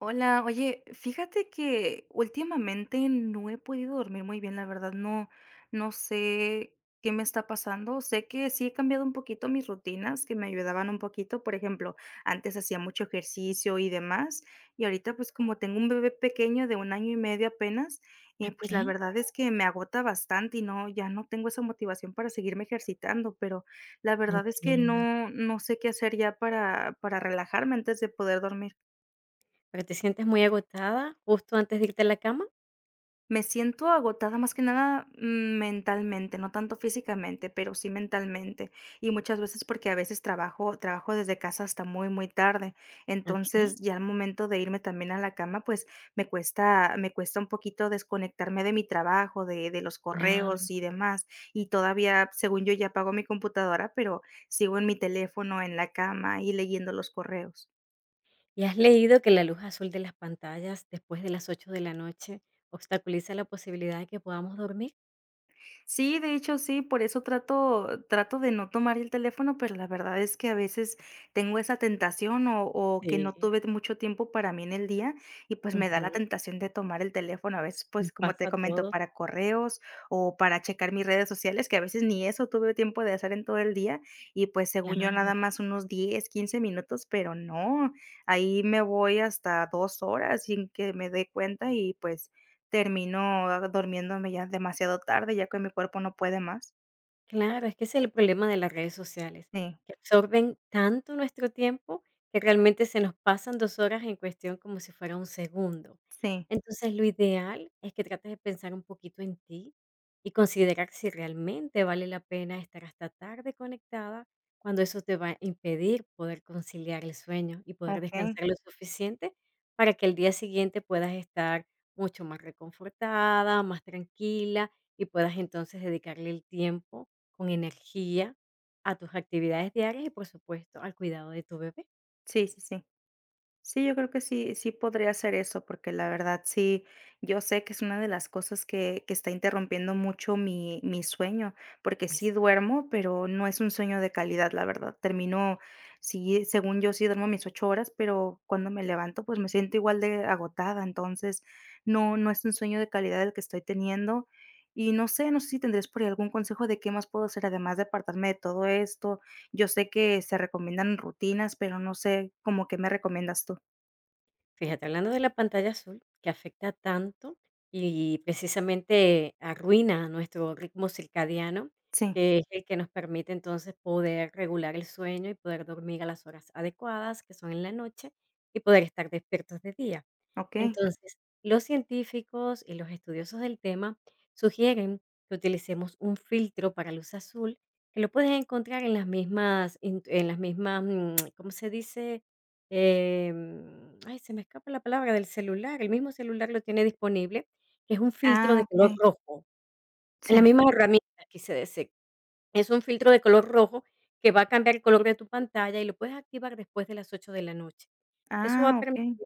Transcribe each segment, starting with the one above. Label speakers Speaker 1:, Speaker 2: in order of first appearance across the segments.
Speaker 1: Hola, oye, fíjate que últimamente no he podido dormir muy bien, la verdad, no, no sé qué me está pasando. Sé que sí he cambiado un poquito mis rutinas que me ayudaban un poquito. Por ejemplo, antes hacía mucho ejercicio y demás, y ahorita pues como tengo un bebé pequeño de un año y medio apenas, pues la
Speaker 2: Okey,
Speaker 1: verdad es que me agota bastante y no, ya no tengo esa motivación para seguirme ejercitando, pero la verdad es que
Speaker 2: entiendo.
Speaker 1: no, no sé qué hacer ya para relajarme antes de poder dormir.
Speaker 2: ¿Pero te sientes muy agotada justo antes de irte a la cama?
Speaker 1: Me siento agotada más que nada, mentalmente, no tanto físicamente, pero sí mentalmente. Y muchas veces porque a veces trabajo desde casa hasta muy, muy tarde. Entonces,
Speaker 2: Okey,
Speaker 1: ya al momento de irme también a la cama, pues, me cuesta un poquito desconectarme de mi trabajo, de los
Speaker 2: claro.
Speaker 1: correos y demás. Y todavía, según yo, ya apago mi computadora, pero sigo en mi teléfono, en la cama y leyendo los correos.
Speaker 2: ¿Y has leído que la luz azul de las pantallas después de las 8 de la noche obstaculiza la posibilidad de que podamos dormir?
Speaker 1: Sí, de hecho, sí, por eso trato de no tomar el teléfono, pero la verdad es que a veces tengo esa tentación o que no
Speaker 2: Sí.
Speaker 1: tuve mucho tiempo para mí en el día y, pues, me da la
Speaker 2: Ujú,
Speaker 1: tentación de tomar el teléfono, a veces,
Speaker 2: nos
Speaker 1: pues, como te
Speaker 2: pasa a
Speaker 1: comento,
Speaker 2: todos,
Speaker 1: para correos o para checar mis redes sociales, que a veces ni eso tuve tiempo de hacer en todo el día y, pues, según yo,
Speaker 2: claro.
Speaker 1: nada más unos 10 15 minutos, pero no, ahí me voy hasta 2 horas sin que me dé cuenta y, pues, termino, durmiéndome ya demasiado tarde, ya que mi cuerpo no puede más.
Speaker 2: Claro, es que ese es el problema de las redes sociales,
Speaker 1: Sí,
Speaker 2: que absorben tanto nuestro tiempo que realmente se nos pasan 2 horas en cuestión como si fuera un segundo.
Speaker 1: sí,
Speaker 2: Entonces, lo ideal es que trates de pensar un poquito en ti y considerar si realmente vale la pena estar hasta tarde conectada, cuando eso te va a impedir poder conciliar el sueño y poder
Speaker 1: okey.
Speaker 2: descansar lo suficiente para que el día siguiente puedas estar mucho más reconfortada, más tranquila y puedas entonces dedicarle el tiempo con energía a tus actividades diarias y, por supuesto, al cuidado de tu bebé.
Speaker 1: Sí, sí, sí. Sí, yo creo que sí, sí podría hacer eso, porque la verdad sí, yo sé que es una de las cosas que está interrumpiendo mucho mi sueño, porque sí duermo, pero no es un sueño de calidad, la verdad. Termino, sí, según yo sí duermo mis 8 horas, pero cuando me levanto, pues me siento igual de agotada, entonces no, no es un sueño de calidad el que estoy teniendo. Y no sé, no sé si tendrías por ahí algún consejo de qué más puedo hacer, además de apartarme de todo esto, yo sé que se recomiendan rutinas, pero no sé cómo que me recomiendas tú.
Speaker 2: Fíjate, hablando de la pantalla azul, que afecta tanto y precisamente arruina nuestro ritmo circadiano,
Speaker 1: Sí,
Speaker 2: que es el que nos permite entonces poder regular el sueño y poder dormir a las horas adecuadas, que son en la noche, y poder estar despiertos de día.
Speaker 1: okey.
Speaker 2: Entonces, los científicos y los estudiosos del tema sugieren que utilicemos un filtro para luz azul, que lo puedes encontrar en las mismas, ¿cómo se dice? Ay, se me escapa la palabra, del celular, el mismo celular lo tiene disponible, que es un filtro
Speaker 1: Ah,
Speaker 2: de color
Speaker 1: okey.
Speaker 2: rojo, en las
Speaker 1: Sí.
Speaker 2: mismas herramientas, quise decir. Es un filtro de color rojo que va a cambiar el color de tu pantalla y lo puedes activar después de las 8 de la noche. Eso va
Speaker 1: Ah,
Speaker 2: a permitir
Speaker 1: okey.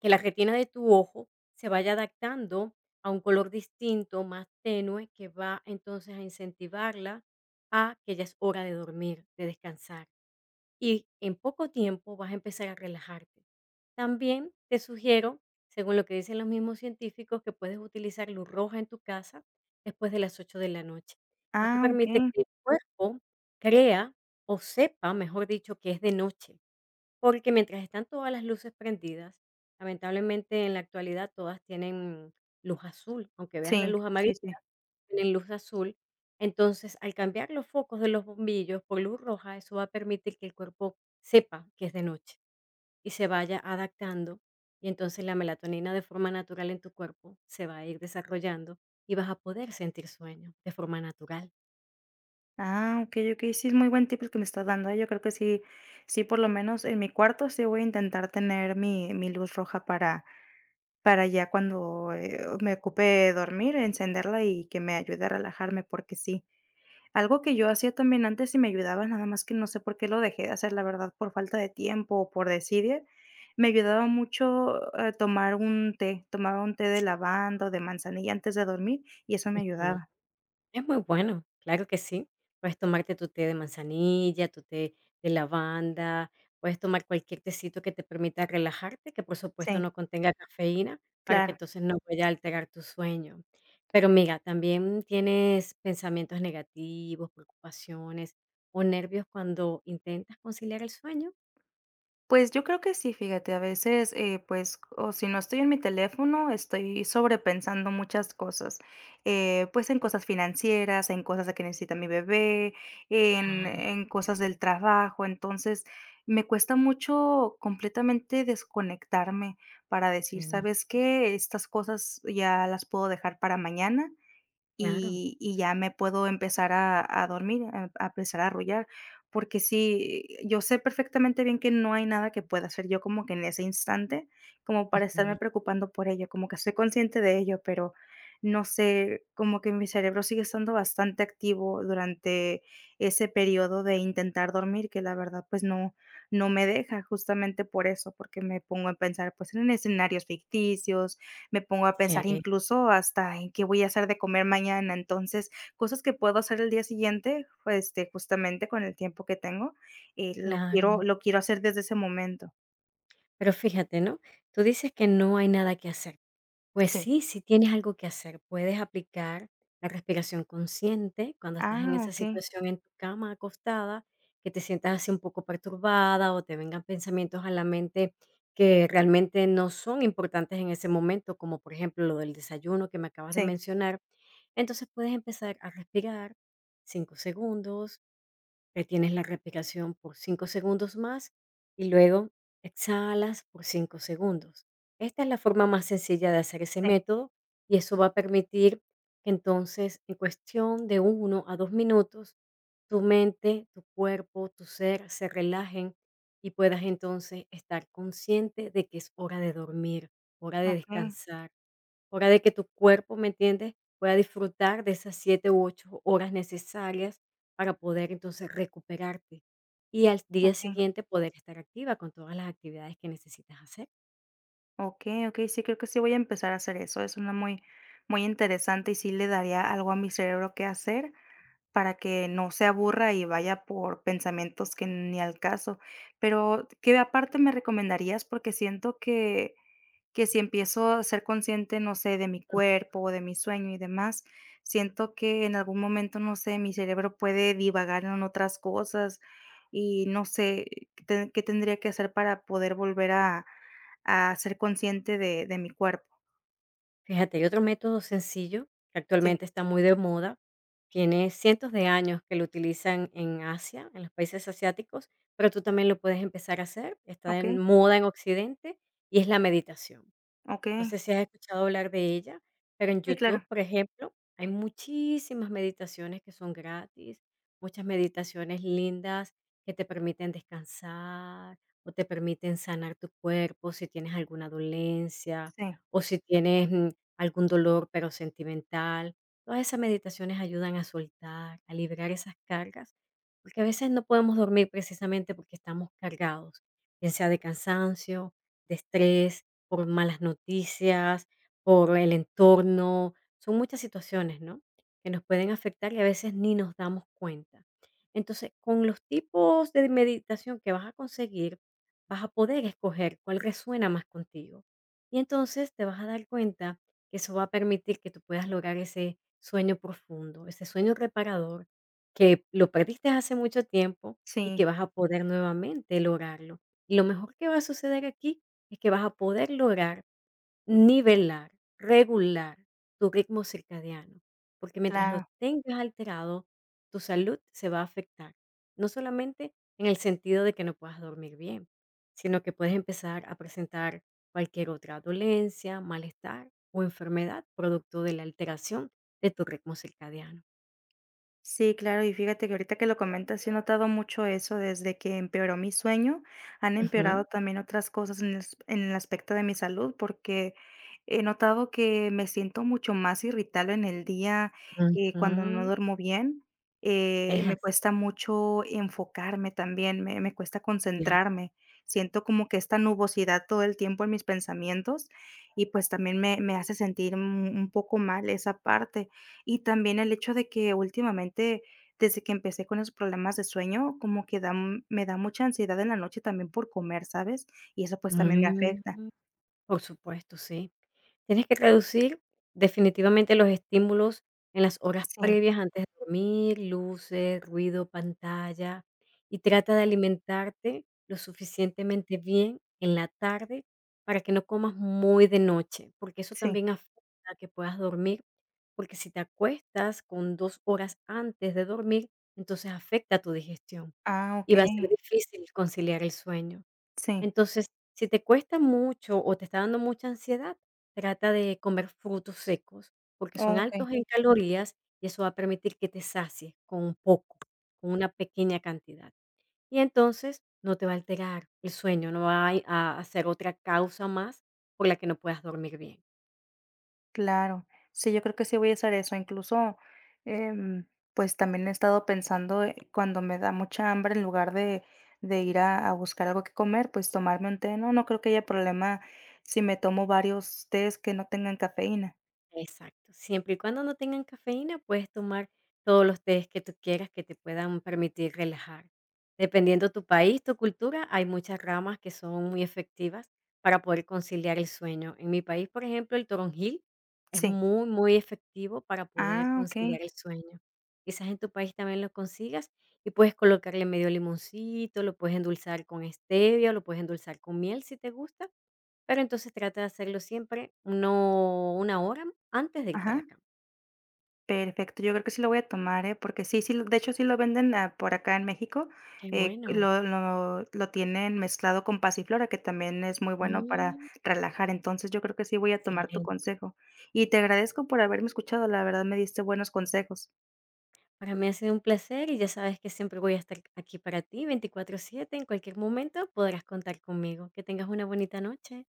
Speaker 2: que la retina de tu ojo se vaya adaptando a un color distinto, más tenue, que va entonces a incentivarla a que ya es hora de dormir, de descansar y en poco tiempo vas a empezar a relajarte. También te sugiero, según lo que dicen los mismos científicos, que puedes utilizar luz roja en tu casa después de las 8 de la noche. Esto
Speaker 1: Ah,
Speaker 2: permite
Speaker 1: okey.
Speaker 2: que el cuerpo crea o sepa, mejor dicho, que es de noche porque mientras están todas las luces prendidas, lamentablemente en la actualidad todas tienen luz azul, aunque veas la
Speaker 1: Sí,
Speaker 2: luz amarilla,
Speaker 1: sí, sí.
Speaker 2: tienen luz azul. Entonces, al cambiar los focos de los bombillos por luz roja, eso va a permitir que el cuerpo sepa que es de noche y se vaya adaptando. Y entonces la melatonina de forma natural en tu cuerpo se va a ir desarrollando y vas a poder sentir sueño de forma natural.
Speaker 1: Ah, okey, okey. Sí, es muy buen tip el que me estás dando, ¿eh? Yo creo que sí sí, por lo menos en mi cuarto sí voy a intentar tener mi luz roja para ya cuando, me ocupe dormir, encenderla y que me ayude a relajarme, porque sí. Algo que yo hacía también antes y me ayudaba, nada más que no sé por qué lo dejé de hacer, la verdad, por falta de tiempo o por desidia, me ayudaba mucho, tomar un té, tomaba un té de
Speaker 2: Sí.
Speaker 1: lavanda o de manzanilla antes de dormir y eso me
Speaker 2: Ujú.
Speaker 1: ayudaba.
Speaker 2: Es muy bueno, claro que sí. Puedes tomarte tu té de manzanilla, tu té de lavanda, puedes tomar cualquier tecito que te permita relajarte, que por supuesto
Speaker 1: Sí,
Speaker 2: no contenga cafeína, para que
Speaker 1: claro.
Speaker 2: entonces no vaya a alterar tu sueño. Pero mira, también tienes pensamientos negativos, preocupaciones o nervios cuando intentas conciliar el sueño.
Speaker 1: Pues yo creo que sí, fíjate, a veces, pues, o si no estoy en mi teléfono, estoy sobrepensando muchas cosas, pues en cosas financieras, en cosas de que necesita mi bebé, en,
Speaker 2: Claro,
Speaker 1: en cosas del trabajo, entonces me cuesta mucho completamente desconectarme para decir,
Speaker 2: mm,
Speaker 1: ¿sabes qué? Estas cosas ya las puedo dejar para mañana
Speaker 2: claro,
Speaker 1: y ya me puedo empezar a dormir, a empezar a arrullar, porque sí, yo sé perfectamente bien que no hay nada que pueda hacer yo como que en ese instante, como para estarme
Speaker 2: ujú,
Speaker 1: preocupando por ello, como que soy consciente de ello, pero no sé, como que mi cerebro sigue estando bastante activo durante ese periodo de intentar dormir, que la verdad, pues, no me deja justamente por eso, porque me pongo a pensar, pues, en escenarios ficticios, me pongo a pensar
Speaker 2: sí,
Speaker 1: incluso hasta en qué voy a hacer de comer mañana. Entonces, cosas que puedo hacer el día siguiente, pues, este, justamente con el tiempo que tengo, lo quiero
Speaker 2: claro.
Speaker 1: lo quiero hacer desde ese momento.
Speaker 2: Pero fíjate, ¿no? Tú dices que no hay nada que hacer. Pues
Speaker 1: Sí.
Speaker 2: sí, si tienes algo que hacer. Puedes aplicar la respiración consciente cuando estás en
Speaker 1: Ah,
Speaker 2: esa
Speaker 1: okey.
Speaker 2: situación en tu cama acostada, que te sientas así un poco perturbada o te vengan pensamientos a la mente que realmente no son importantes en ese momento, como por ejemplo lo del desayuno que me acabas de
Speaker 1: Sí,
Speaker 2: mencionar. Entonces puedes empezar a respirar 5 segundos, retienes la respiración por 5 segundos más y luego exhalas por 5 segundos. Esta es la forma más sencilla de hacer ese
Speaker 1: sí.
Speaker 2: método y eso va a permitir que entonces en cuestión de 1 a 2 minutos tu mente, tu cuerpo, tu ser se relajen y puedas entonces estar consciente de que es hora de dormir, hora de
Speaker 1: Okey,
Speaker 2: descansar, hora de que tu cuerpo, ¿me entiendes?, pueda disfrutar de esas 7 u 8 horas necesarias para poder, entonces, recuperarte, y al día
Speaker 1: okey.
Speaker 2: siguiente poder estar activa con todas las actividades que necesitas hacer.
Speaker 1: Okey, okey. Sí, creo que sí voy a empezar a hacer eso. Es una muy muy interesante y sí le daría algo a mi cerebro que hacer para que no se aburra y vaya por pensamientos que ni al caso. Pero, ¿qué aparte me recomendarías? Porque siento que si empiezo a ser consciente, no sé, de mi cuerpo, de mi sueño y demás, siento que en algún momento, no sé, mi cerebro puede divagar en otras cosas y no sé te qué tendría que hacer para poder volver a ser consciente de mi cuerpo.
Speaker 2: Fíjate, hay otro método sencillo que
Speaker 1: Sí,
Speaker 2: actualmente está muy de moda, tiene cientos de años que lo utilizan en Asia, en los países asiáticos, pero tú también lo puedes empezar a hacer, está en
Speaker 1: okey,
Speaker 2: moda en Occidente, y es la meditación. No
Speaker 1: okey.
Speaker 2: sé si has escuchado hablar de ella, pero en
Speaker 1: Sí,
Speaker 2: YouTube,
Speaker 1: claro.
Speaker 2: por ejemplo, hay muchísimas meditaciones que son gratis, muchas meditaciones lindas que te permiten descansar o te permiten sanar tu cuerpo si tienes alguna dolencia
Speaker 1: Sí,
Speaker 2: o si tienes algún dolor, pero sentimental. Todas esas meditaciones ayudan a soltar, a liberar esas cargas, porque a veces no podemos dormir precisamente porque estamos cargados, bien sea de cansancio, de estrés, por malas noticias, por el entorno. Son muchas situaciones, ¿no? Que nos pueden afectar y a veces ni nos damos cuenta. Entonces, con los tipos de meditación que vas a conseguir, vas a poder escoger cuál resuena más contigo. Y entonces te vas a dar cuenta que eso va a permitir que tú puedas lograr ese sueño profundo, ese sueño reparador que lo perdiste hace mucho tiempo y
Speaker 1: sí,
Speaker 2: que vas a poder nuevamente lograrlo. Y lo mejor que va a suceder aquí es que vas a poder lograr nivelar, regular tu ritmo circadiano, porque mientras lo
Speaker 1: claro.
Speaker 2: tengas alterado, tu salud se va a afectar, no solamente en el sentido de que no puedas dormir bien, sino que puedes empezar a presentar cualquier otra dolencia, malestar o enfermedad producto de la alteración de tu ritmo circadiano.
Speaker 1: Sí, claro, y fíjate que ahorita que lo comentas, sí he notado mucho eso, desde que empeoró mi sueño, han empeorado
Speaker 2: Ujú,
Speaker 1: también otras cosas en el aspecto de mi salud, porque he notado que me siento mucho más irritable en el día, cuando no
Speaker 2: ujú,
Speaker 1: duermo bien,
Speaker 2: es
Speaker 1: me
Speaker 2: así,
Speaker 1: cuesta mucho enfocarme también, me cuesta
Speaker 2: claro.
Speaker 1: concentrarme, siento como que esta nubosidad todo el tiempo en mis pensamientos y pues también me hace sentir un poco mal esa parte y también el hecho de que últimamente, desde que empecé con esos problemas de sueño, como que da me da mucha ansiedad en la noche también por comer, ¿sabes? Y eso, pues, también me
Speaker 2: Mm,
Speaker 1: afecta.
Speaker 2: por supuesto, sí. Tienes que reducir definitivamente los estímulos en las horas
Speaker 1: Sí,
Speaker 2: previas antes de dormir, luces, ruido, pantalla, y trata de alimentarte lo suficientemente bien en la tarde para que no comas muy de noche, porque eso
Speaker 1: sí.
Speaker 2: también afecta a que puedas dormir, porque si te acuestas con 2 horas antes de dormir, entonces afecta tu digestión
Speaker 1: Ah,
Speaker 2: y va a
Speaker 1: okey.
Speaker 2: ser difícil conciliar el sueño.
Speaker 1: Sí.
Speaker 2: Entonces, si te cuesta mucho o te está dando mucha ansiedad, trata de comer frutos secos, porque son
Speaker 1: Okey,
Speaker 2: altos en calorías y eso va a permitir que te sacies con un poco, con una pequeña cantidad. Y entonces no te va a alterar el sueño, no va a ser otra causa más por la que no puedas dormir bien.
Speaker 1: claro. Sí, yo creo que sí voy a hacer eso. Incluso, em, pues, también he estado pensando, cuando me da mucha hambre, en lugar de ir a buscar algo que comer, pues, tomarme un té. No, no creo que haya problema si me tomo varios tés que no tengan cafeína.
Speaker 2: Exacto, siempre y cuando no tengan cafeína, puedes tomar todos los tés que tú quieras que te puedan permitir relajar. Dependiendo tu país, tu cultura, hay muchas ramas que son muy efectivas para poder conciliar el sueño. En mi país, por ejemplo, el toronjil es
Speaker 1: Sí.
Speaker 2: muy, muy efectivo para poder
Speaker 1: Ah, okey.
Speaker 2: conciliar el sueño. Quizás en tu país también lo consigas y puedes colocarle medio limoncito, lo puedes endulzar con stevia, lo puedes endulzar con miel si te gusta pero entonces trata de hacerlo siempre, no una hora antes de irte a la
Speaker 1: Ajá.
Speaker 2: cama.
Speaker 1: Perfecto. Yo creo que sí lo voy a tomar, ¿eh? Porque sí, sí, de hecho, sí lo venden, por acá en México,
Speaker 2: Qué bueno.
Speaker 1: lo tienen mezclado con pasiflora, que también es muy bueno para
Speaker 2: Mm,
Speaker 1: relajar. Entonces, yo creo que sí voy a tomar tu
Speaker 2: excelente.
Speaker 1: consejo. Y te agradezco por haberme escuchado, la verdad me diste buenos consejos.
Speaker 2: Para mí ha sido un placer y ya sabes que siempre voy a estar aquí para ti 24/7. En cualquier momento podrás contar conmigo. Que tengas una bonita noche.